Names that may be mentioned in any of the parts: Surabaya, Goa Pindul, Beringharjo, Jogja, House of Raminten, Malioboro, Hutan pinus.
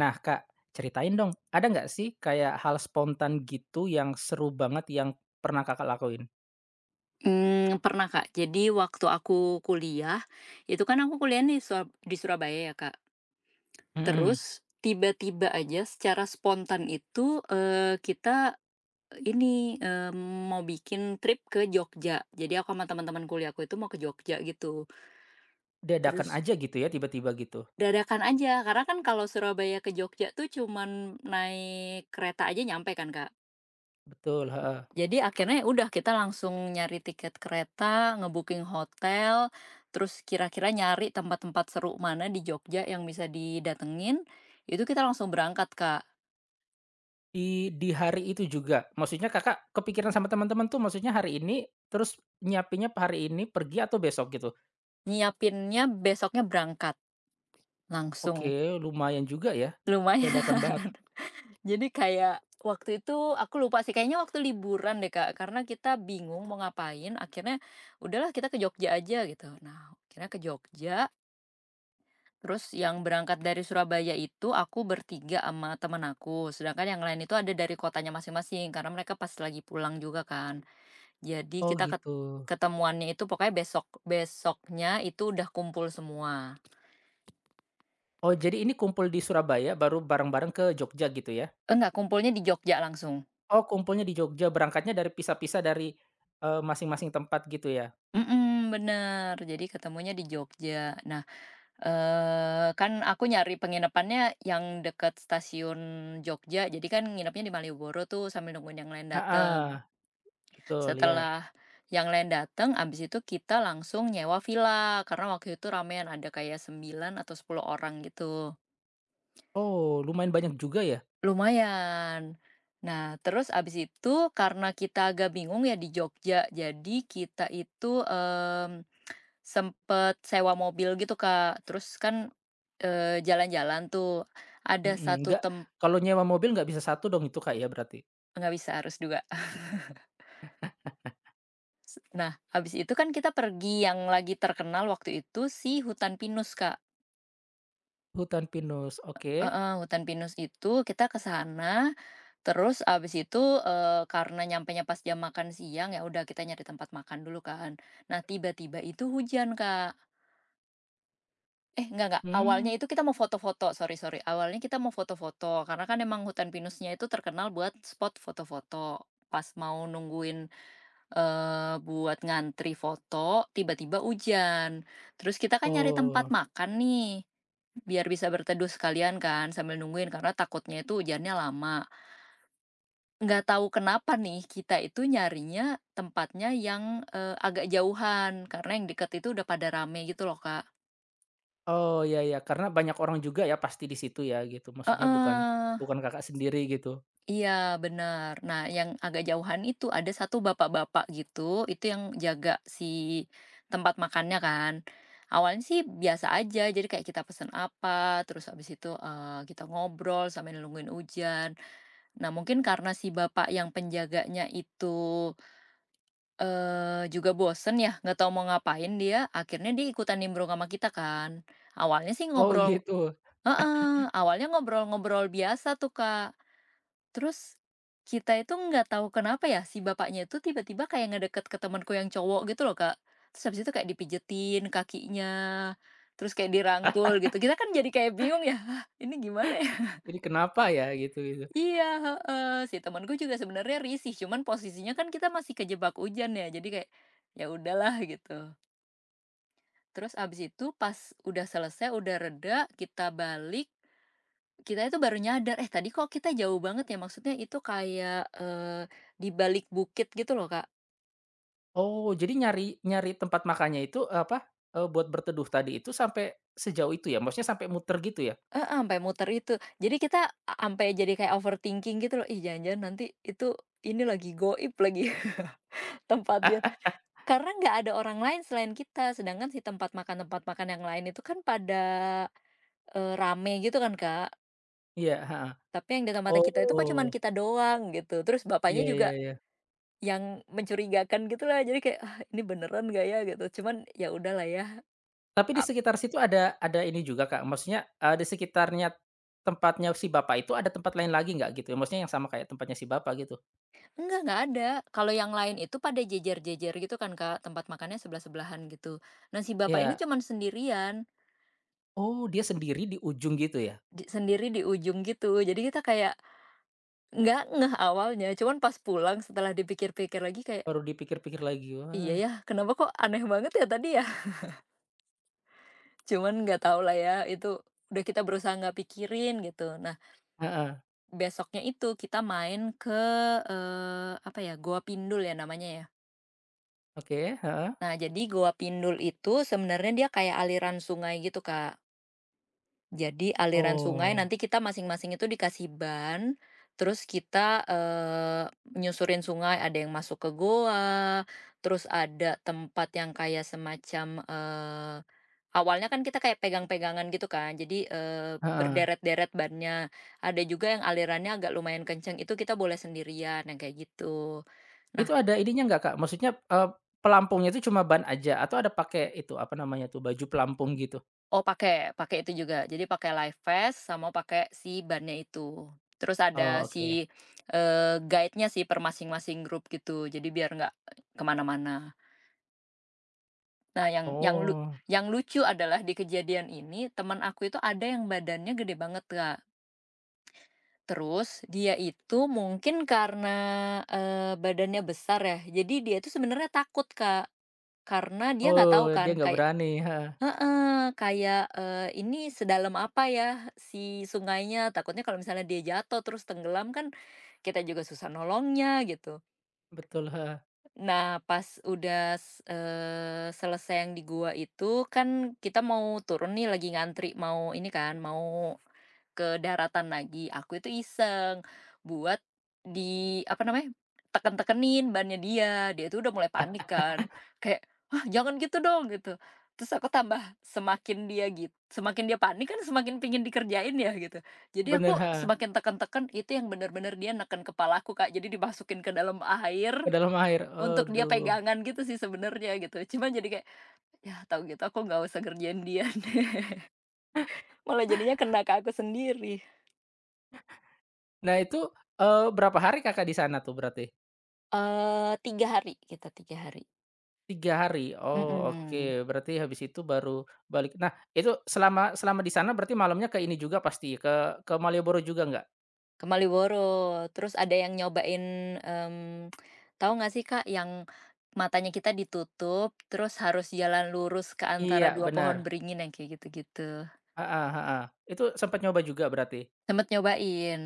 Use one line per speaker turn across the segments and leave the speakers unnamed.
Nah, Kak, ceritain dong, ada nggak sih kayak hal spontan gitu yang seru banget yang pernah Kakak lakuin?
Pernah Kak. Jadi waktu aku kuliah, itu kan aku kuliah di Surabaya ya Kak.
Mhm.
Terus tiba-tiba aja secara spontan itu, kita ini, eee, mau bikin trip ke Jogja. Jadi aku sama teman-teman kuliahku itu mau ke Jogja gitu.
Dadakan
Terus
aja gitu ya, tiba-tiba gitu?
dadakan aja, karena kan kalau Surabaya ke Jogja tuh cuman naik kereta aja nyampe kan Kak.
Betul, heeh.
Jadi akhirnya ya udah kita langsung nyari tiket kereta, ngebooking hotel, terus kira-kira nyari tempat-tempat seru mana di Jogja yang bisa didatengin, itu kita langsung berangkat, Kak.
Di hari itu juga? Maksudnya Kakak kepikiran sama teman-teman tuh maksudnya hari ini, terus nyiapinnya hari ini, pergi atau besok gitu?
Nyiapinnya besoknya berangkat langsung,
Oke, lumayan juga ya,
lumayan.
dadakan banget.
Jadi kayak waktu itu aku lupa sih, kayaknya waktu liburan deh, Kak, karena kita bingung mau ngapain, akhirnya udahlah kita ke Jogja aja gitu. Nah, akhirnya ke Jogja. Terus yang berangkat dari Surabaya itu aku bertiga sama temen aku, sedangkan yang lain itu ada dari kotanya masing-masing karena mereka pas lagi pulang juga kan. Jadi
Oh
kita
gitu.
ketemuannya itu pokoknya besok besoknya itu udah kumpul semua.
Oh, jadi ini kumpul di Surabaya baru bareng-bareng ke Jogja gitu ya?
Enggak, kumpulnya di Jogja langsung.
Oh, kumpulnya di Jogja, berangkatnya dari pisah-pisah dari, masing-masing tempat gitu ya?
Mm-mm, bener. Jadi ketemunya di Jogja. Nah, eh kan aku nyari penginapannya yang deket stasiun Jogja. Jadi kan nginepnya di Malioboro tuh sambil nungguin yang lain dateng.
Heeh, betul, ya.
Setelah yang lain datang, abis itu kita langsung nyewa villa, karena waktu itu ramean, ada kayak 9 atau 10 orang gitu.
Oh, lumayan banyak juga ya?
Lumayan. Nah, terus abis itu karena kita agak bingung ya di Jogja, jadi kita itu, sempet sewa mobil gitu, Kak. Terus kan, jalan-jalan tuh, ada
Mhm,
satu
nggak, kalau nyewa mobil nggak bisa satu dong itu, Kak, ya berarti?
nggak bisa, harus juga. Nah, abis itu kan kita pergi yang lagi terkenal waktu itu si hutan pinus, Kak.
Hutan pinus, oke.
Heeh, hutan pinus itu kita ke sana, terus abis itu, karena nyampenya pas jam makan siang, ya udah kita nyari tempat makan dulu kan. Nah, tiba-tiba itu hujan, Kak. Eh, enggak, awalnya
Mmm,
itu kita mau foto-foto, sorry sorry, awalnya kita mau foto-foto, karena kan emang hutan pinusnya itu terkenal buat spot foto-foto. Pas mau nungguin, buat ngantri foto, tiba-tiba hujan. Terus kita kan nyari tempat
oh.
makan nih, biar bisa berteduh sekalian kan sambil nungguin karena takutnya itu hujannya lama. Nggak tahu kenapa nih kita itu nyarinya tempatnya yang, agak jauhan, karena yang deket itu udah pada rame gitu loh, Kak.
Oh, ya ya, karena banyak orang juga ya pasti di situ ya gitu, maksudnya bukan
Heeh.
bukan Kakak sendiri gitu?
Iya benar. Nah yang agak jauhan itu ada satu bapak-bapak gitu, itu yang jaga si tempat makannya kan. Awalnya sih biasa aja, jadi kayak kita pesen apa, terus habis itu kita ngobrol sambil nungguin hujan. Nah mungkin karena si bapak yang penjaganya itu juga bosen ya, nggak tahu mau ngapain dia, akhirnya dia ikutan nimbrung sama kita kan. Awalnya sih
Oh,
ngobrol.
gitu,
Heeh, awalnya ngobrol-ngobrol biasa tuh Kak. Terus, kita itu nggak tahu kenapa ya, si bapaknya itu tiba-tiba kayak ngedeket ke temanku yang cowok gitu loh, Kak. Terus habis itu kayak dipijetin kakinya, terus kayak dirangkul gitu. Kita kan jadi kayak bingung ya, "Hah, ini gimana ya?"
ini kenapa ya gitu gitu.
Iya, heeh. Si temanku juga sebenarnya risih, cuman posisinya kan kita masih kejebak hujan ya, jadi kayak, ya udahlah gitu. Terus abis itu pas udah selesai, udah reda, kita balik. Kita itu baru nyadar, "Eh, tadi kok kita jauh banget ya?" Maksudnya itu kayak, di balik bukit gitu loh, Kak.
Oh, jadi nyari nyari tempat makannya itu, buat berteduh tadi itu sampai sejauh itu ya? Maksudnya sampai muter gitu ya?
Heeh, ampe muter itu. Jadi kita ampe jadi kayak overthinking gitu loh, "Ih, jangan-jangan nanti itu ini lagi goib lagi tempatnya." Karena nggak ada orang lain selain kita, sedangkan si tempat makan yang lain itu kan pada, rame gitu kan, Kak.
Iya, heeh.
Tapi yang di tempatnya kita itu kok cuman
Oh,
kita doang gitu. Terus bapaknya
iya iya
juga
iya.
yang mencurigakan gitu lah, jadi kayak, "Ah, ini beneran gak ya?" Gitu. Cuman ya udahlah ya.
Tapi di
A
sekitar situ ada ini juga, Kak, maksudnya, di sekitarnya tempatnya si bapak itu ada tempat lain lagi nggak gitu ya? Maksudnya yang sama kayak tempatnya si bapak gitu?
enggak ada. Kalau yang lain itu pada jejer-jejer gitu kan, Kak, tempat makannya sebelah-sebelahan gitu. Nah, si bapak ini, iya,
Ya,
cuman sendirian,
oh dia sendiri di ujung gitu ya?
sendiri di ujung gitu. Jadi kita kayak nggak ngeh awalnya, cuman pas pulang setelah dipikir-pikir lagi kayak,
Baru dipikir-pikir lagi,
"Iya
wah,
ya, kenapa kok aneh banget ya tadi ya?" Cuman nggak tahu lah ya, itu udah kita berusaha nggak pikirin gitu. Nah,
heeh,
besoknya itu kita main ke, apa ya, Goa Pindul ya namanya ya.
oke, heeh.
Nah, jadi Goa Pindul itu sebenarnya dia kayak aliran sungai gitu, Kak. Jadi aliran sungai
Oh,
nanti kita masing-masing itu dikasih ban, terus kita, nyusurin sungai, ada yang masuk ke goa, terus ada tempat yang kayak semacam, awalnya kan kita kayak pegang-pegangan gitu kan, jadi,
heeh.
berderet-deret bannya. Ada juga yang alirannya agak lumayan kenceng, itu kita boleh sendirian, yang kayak gitu. Nah,
Itu ada ininya nggak, Kak? Maksudnya, pelampungnya itu cuma ban aja atau ada pakai itu, apa namanya tuh, baju pelampung gitu?
oh pakai, pakai itu juga. Jadi pakai life vest sama pakai si bannya itu. Terus ada
Oh, oke.
si, guide-nya sih per masing-masing grup gitu. Jadi biar nggak kemana-mana. Nah yang lu
Oh
Mmm. yang lucu adalah di kejadian ini teman aku itu ada yang badannya gede banget, Kak. Terus dia itu mungkin karena, badannya besar ya, jadi dia itu sebenarnya takut, Kak. Karena dia nggak
oh,
tahu
dia
kan
nggak
kayak
berani, heeh,
heeh, kayak, ini sedalam apa ya si sungainya, takutnya kalau misalnya dia jatuh terus tenggelam kan kita juga susah nolongnya gitu.
betul, heeh,
Nah pas udah selesai yang di gua itu kan kita mau turun nih lagi ngantri mau ini kan, mau ke daratan lagi, aku itu iseng buat di apa namanya, teken-tekenin bannya dia. Dia itu udah mulai panik kan, kayak, "Hah, jangan gitu dong," gitu. Terus aku tambah semakin dia gitu semakin dia panik kan semakin pingin dikerjain ya gitu. Jadi
bener,
aku
heeh,
semakin teken-teken, itu yang bener-bener dia neken kepalaku, Kak. Jadi dimasukin ke dalam air
ke dalam air,
untuk dia
aduh.
pegangan gitu sih sebenarnya gitu. Cuman jadi kayak, ya tahu gitu aku nggak usah kerjain dia deh. Malah jadinya kena ke aku sendiri.
Nah itu, berapa hari Kakak di sana tuh berarti?
3 hari, kita 3 hari.
Tiga hari? Oh oke,
Mhm.
berarti habis itu baru balik. Nah itu selama selama di sana berarti malamnya ke ini juga pasti, ke Malioboro juga nggak?
Ke Malioboro, terus ada yang nyobain, tahu nggak sih Kak yang matanya kita ditutup, terus harus jalan lurus ke antara
Iya
2 pohon
bener,
beringin, yang kayak gitu-gitu.
heeh heeh. Itu sempet nyoba juga berarti?
Sempet nyobain.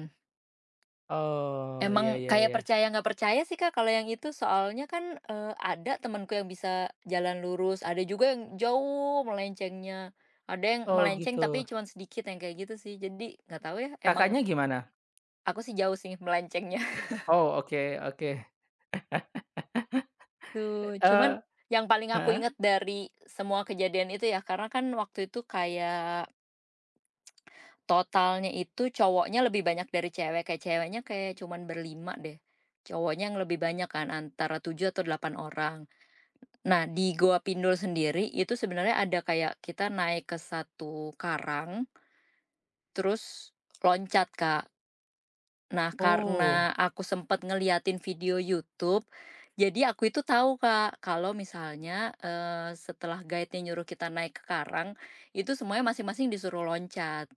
Oh ya
Emang
ya
kayak
ya.
percaya nggak percaya sih Kak kalau yang itu, soalnya kan, ada temenku yang bisa jalan lurus, ada juga yang jauh melencengnya, ada yang
Oh
melenceng tapi
gitu.
cuman sedikit, yang kayak gitu sih. Jadi nggak tahu ya, emang.
Kakaknya gimana?
Aku sih jauh sih melencengnya
Oh oke oke.
tuh, cuman
Eee,
yang paling aku
heeh?
ingat dari semua kejadian itu ya, karena kan waktu itu kayak totalnya itu cowoknya lebih banyak dari cewek, kayak ceweknya kayak cuman berlima deh, cowoknya yang lebih banyak kan antara 7 atau 8 orang. Nah, di Goa Pindul sendiri itu sebenarnya ada kayak kita naik ke satu karang, terus loncat, Kak. Nah,
Oh
karena aku sempet ngeliatin video YouTube, jadi aku itu tahu, Kak, kalau misalnya, setelah guide-nya nyuruh kita naik ke karang, itu semuanya masing-masing disuruh loncat.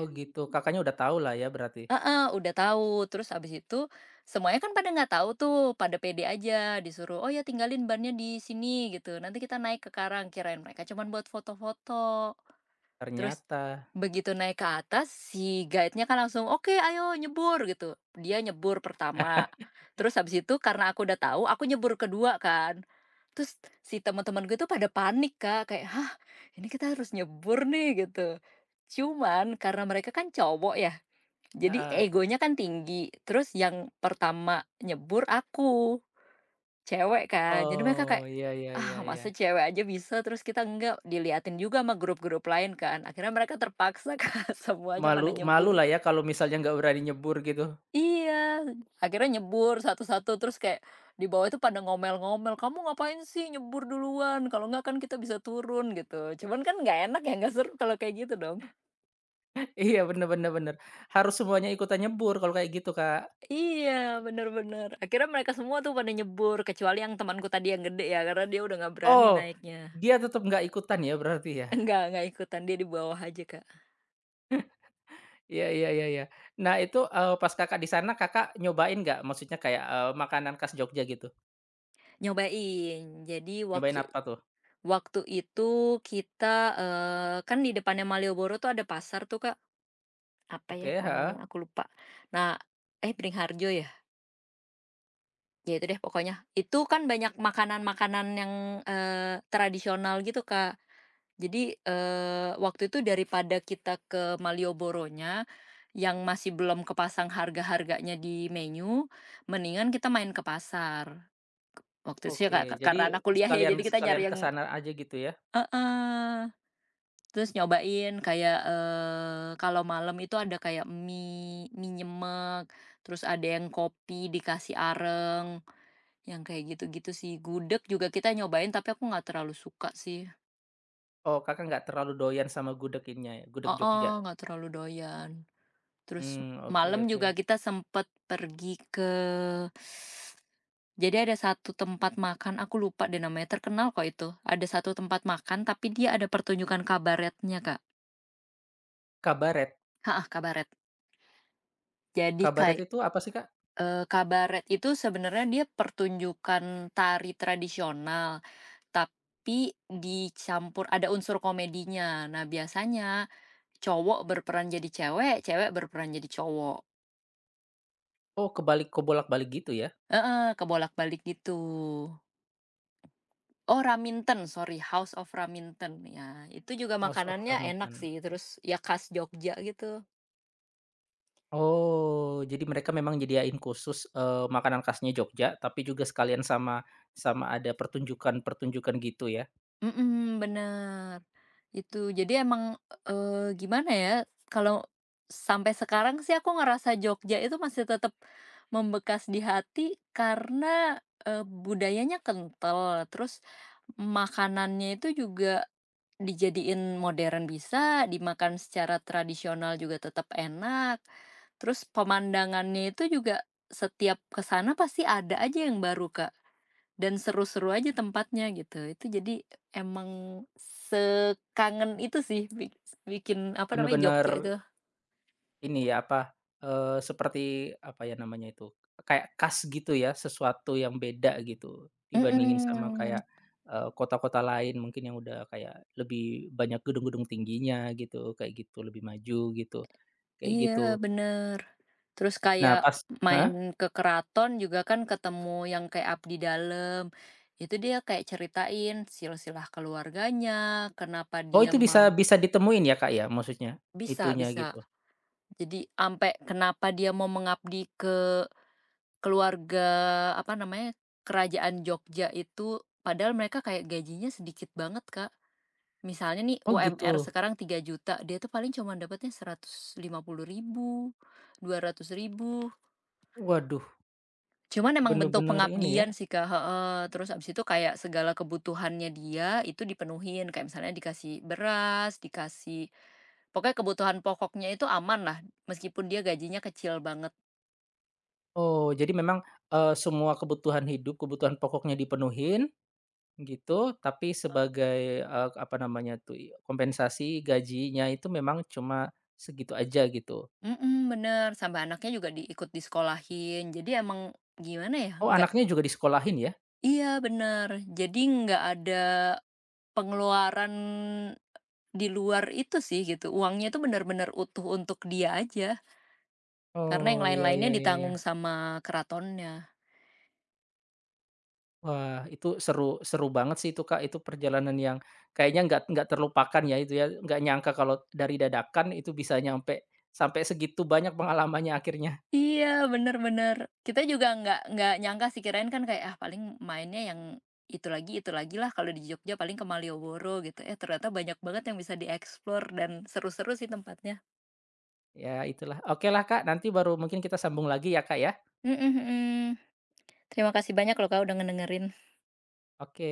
oh gitu, Kakaknya udah tahu lah ya berarti?
Heeh, udah tahu. Terus abis itu semuanya kan pada nggak tahu tuh, pada pede aja disuruh, "Oh ya tinggalin bannya di sini," gitu, "nanti kita naik ke karang." Kirain mereka cuman buat foto-foto. Terus
Ternyata
begitu naik ke atas si guide-nya kan langsung, "Oke, ayo nyebur," gitu. Dia nyebur pertama, terus habis itu karena aku udah tahu, aku nyebur kedua kan. Terus si teman-teman gue tuh pada panik, Kak, kayak, "Hah, ini kita harus nyebur nih," gitu. Cuman karena mereka kan cowok ya, jadi
heeh.
egonya kan tinggi. Terus yang pertama nyebur aku. Cewek kan, jadi mereka kayak,
Oh ya ya
"Ah,
ya
masa
ya.
cewek aja bisa, terus kita enggak?" Diliatin juga sama grup-grup lain kan, akhirnya mereka terpaksa Kak, semuanya pada
Malu malu
nyebur.
lah ya kalau misalnya nggak berani nyebur gitu.
Iya, akhirnya nyebur satu-satu, terus kayak di bawah itu pada ngomel-ngomel, "Kamu ngapain sih nyebur duluan? Kalau enggak kan kita bisa turun," gitu. Cuman kan nggak enak ya, nggak seru kalau kayak gitu dong.
Iya, bener bener bener. Harus semuanya ikutan nyebur kalau kayak gitu, Kak.
Iya, bener bener. Akhirnya mereka semua tuh pada nyebur, kecuali yang temanku tadi yang gede ya, karena dia udah nggak berani
Oh,
naiknya.
dia tetap nggak ikutan ya berarti ya?
Enggak, nggak ikutan, dia di bawah aja, Kak.
Iya iya iya iya. Nah itu, pas Kakak di sana Kakak nyobain nggak? Maksudnya kayak, makanan khas Jogja gitu?
Nyobain. Jadi
Nyobain
waktu
apa tuh?
waktu itu kita, kan di depannya Malioboro tuh ada pasar tuh, Kak, apa ya
Oke, heeh.
namanya aku lupa. Nah, eh, Beringharjo ya? Ya itu deh pokoknya. Itu kan banyak makanan-makanan yang, tradisional gitu, Kak. Jadi, waktu itu daripada kita ke Malioboronya, yang masih belum kepasang harga-harganya di menu, mendingan kita main ke pasar. Waktu itu sih
Oke,
kak,
jadi
karena anak kuliah ya,
sekalian
jadi kita nyari
sekalian ke
yang
sana aja gitu ya?
heeh, terus nyobain kayak, kalau malam itu ada kayak mie mie nyemek, terus ada yang kopi dikasih areng, yang kayak gitu-gitu sih. Gudeg juga kita nyobain tapi aku nggak terlalu suka sih.
Oh, Kakak nggak terlalu doyan sama gudeg ininya ya, gudeg Jogja?
Oh, nggak terlalu doyan. Terus
Mmm, oke
malam
oke.
juga kita sempet pergi ke, jadi ada satu tempat makan, aku lupa deh namanya, terkenal kok itu. Ada satu tempat makan tapi dia ada pertunjukan kabaretnya, Kak.
Kabaret?
Heeh, kabaret. Jadi
Kabaret
kayak,
itu apa sih, Kak?
Kabaret itu sebenarnya dia pertunjukan tari tradisional, tapi dicampur ada unsur komedinya. Nah, biasanya cowok berperan jadi cewek, cewek berperan jadi cowok.
Oh, kebalik kebolak-balik gitu ya?
Heeh, kebolak-balik gitu. Oh, Raminten, sorry, House of Raminten, ya. Itu juga
House of
makanannya enak
Raminten.
sih, terus ya khas Jogja gitu.
Oh, jadi mereka memang nyediain khusus, makanan khasnya Jogja, tapi juga sekalian sama sama ada pertunjukan-pertunjukan gitu ya?
Mhm, bener. Itu jadi emang, gimana ya, kalau sampai sekarang sih aku ngerasa Jogja itu masih tetap membekas di hati karena, budayanya kental, terus makanannya itu juga dijadiin modern bisa, dimakan secara tradisional juga tetap enak, terus pemandangannya itu juga setiap kesana pasti ada aja yang baru, Kak. Dan seru-seru aja tempatnya gitu. Itu jadi emang sekangen itu sih bikin apa namanya,
Bener-bener
Jogja itu.
ini ya, apa, seperti, apa ya namanya itu, kayak khas gitu ya, sesuatu yang beda gitu, dibandingin sama
Mhm,
kayak, kota-kota lain mungkin yang udah kayak lebih banyak gedung-gedung tingginya gitu, kayak gitu, lebih maju gitu, kayak
iya
gitu.
bener. Terus
Nah
kayak
pas
main
heeh?
ke keraton juga kan ketemu yang kayak abdi dalam. Itu dia kayak ceritain silsilah keluarganya, kenapa
Oh
dia
itu bisa
mau.
bisa ditemuin ya Kak ya maksudnya?
Bisa,
Itunya
bisa.
gitu?
Jadi ampe kenapa dia mau mengabdi ke keluarga, apa namanya, kerajaan Jogja itu padahal mereka kayak gajinya sedikit banget, Kak. Misalnya nih,
Oh
UMR
gitu?
sekarang 3 juta, dia tuh paling cuma dapatnya 150 ribu, 200 ribu.
Waduh,
Cuman emang bentuk
bener-bener ini ya.
pengabdian sih, Kak, heeh. Terus abis itu kayak segala kebutuhannya dia itu dipenuhin, kayak misalnya dikasih beras, dikasih pokoknya kebutuhan pokoknya itu aman lah, meskipun dia gajinya kecil banget.
Oh jadi memang, semua kebutuhan hidup, kebutuhan pokoknya dipenuhin gitu, tapi sebagai, apa namanya tuh, kompensasi gajinya itu memang cuma segitu aja gitu.
Mhm, bener, sampai anaknya juga diikut ikut disekolahin. Jadi emang gimana ya, wah,
Oh
nggak.
anaknya juga disekolahin ya?
Iya, bener. Jadi nggak ada pengeluaran di luar itu sih, gitu. Uangnya itu bener-bener utuh untuk dia aja, karena yang
Oh, iya
lain-lainnya
iya iya iya.
ditanggung sama keratonnya.
Wah, itu seru seru banget sih itu, Kak. Itu perjalanan yang kayaknya nggak terlupakan ya itu ya, nggak nyangka kalau dari dadakan itu bisa nyampe sampai segitu banyak pengalamannya akhirnya.
Iya, bener bener. Kita juga nggak nyangka sih, kirain kan kayak, ah, paling mainnya yang itu lagi lah, kalau di Jogja paling ke Malioboro gitu. Eh, ternyata banyak banget yang bisa dieksplor dan seru-seru sih tempatnya.
Ya itulah. Oke lah Kak, nanti baru mungkin kita sambung lagi ya, Kak, ya.
Mhm mhm. Terima kasih banyak loh Kak, udah ngedengerin.
Oke.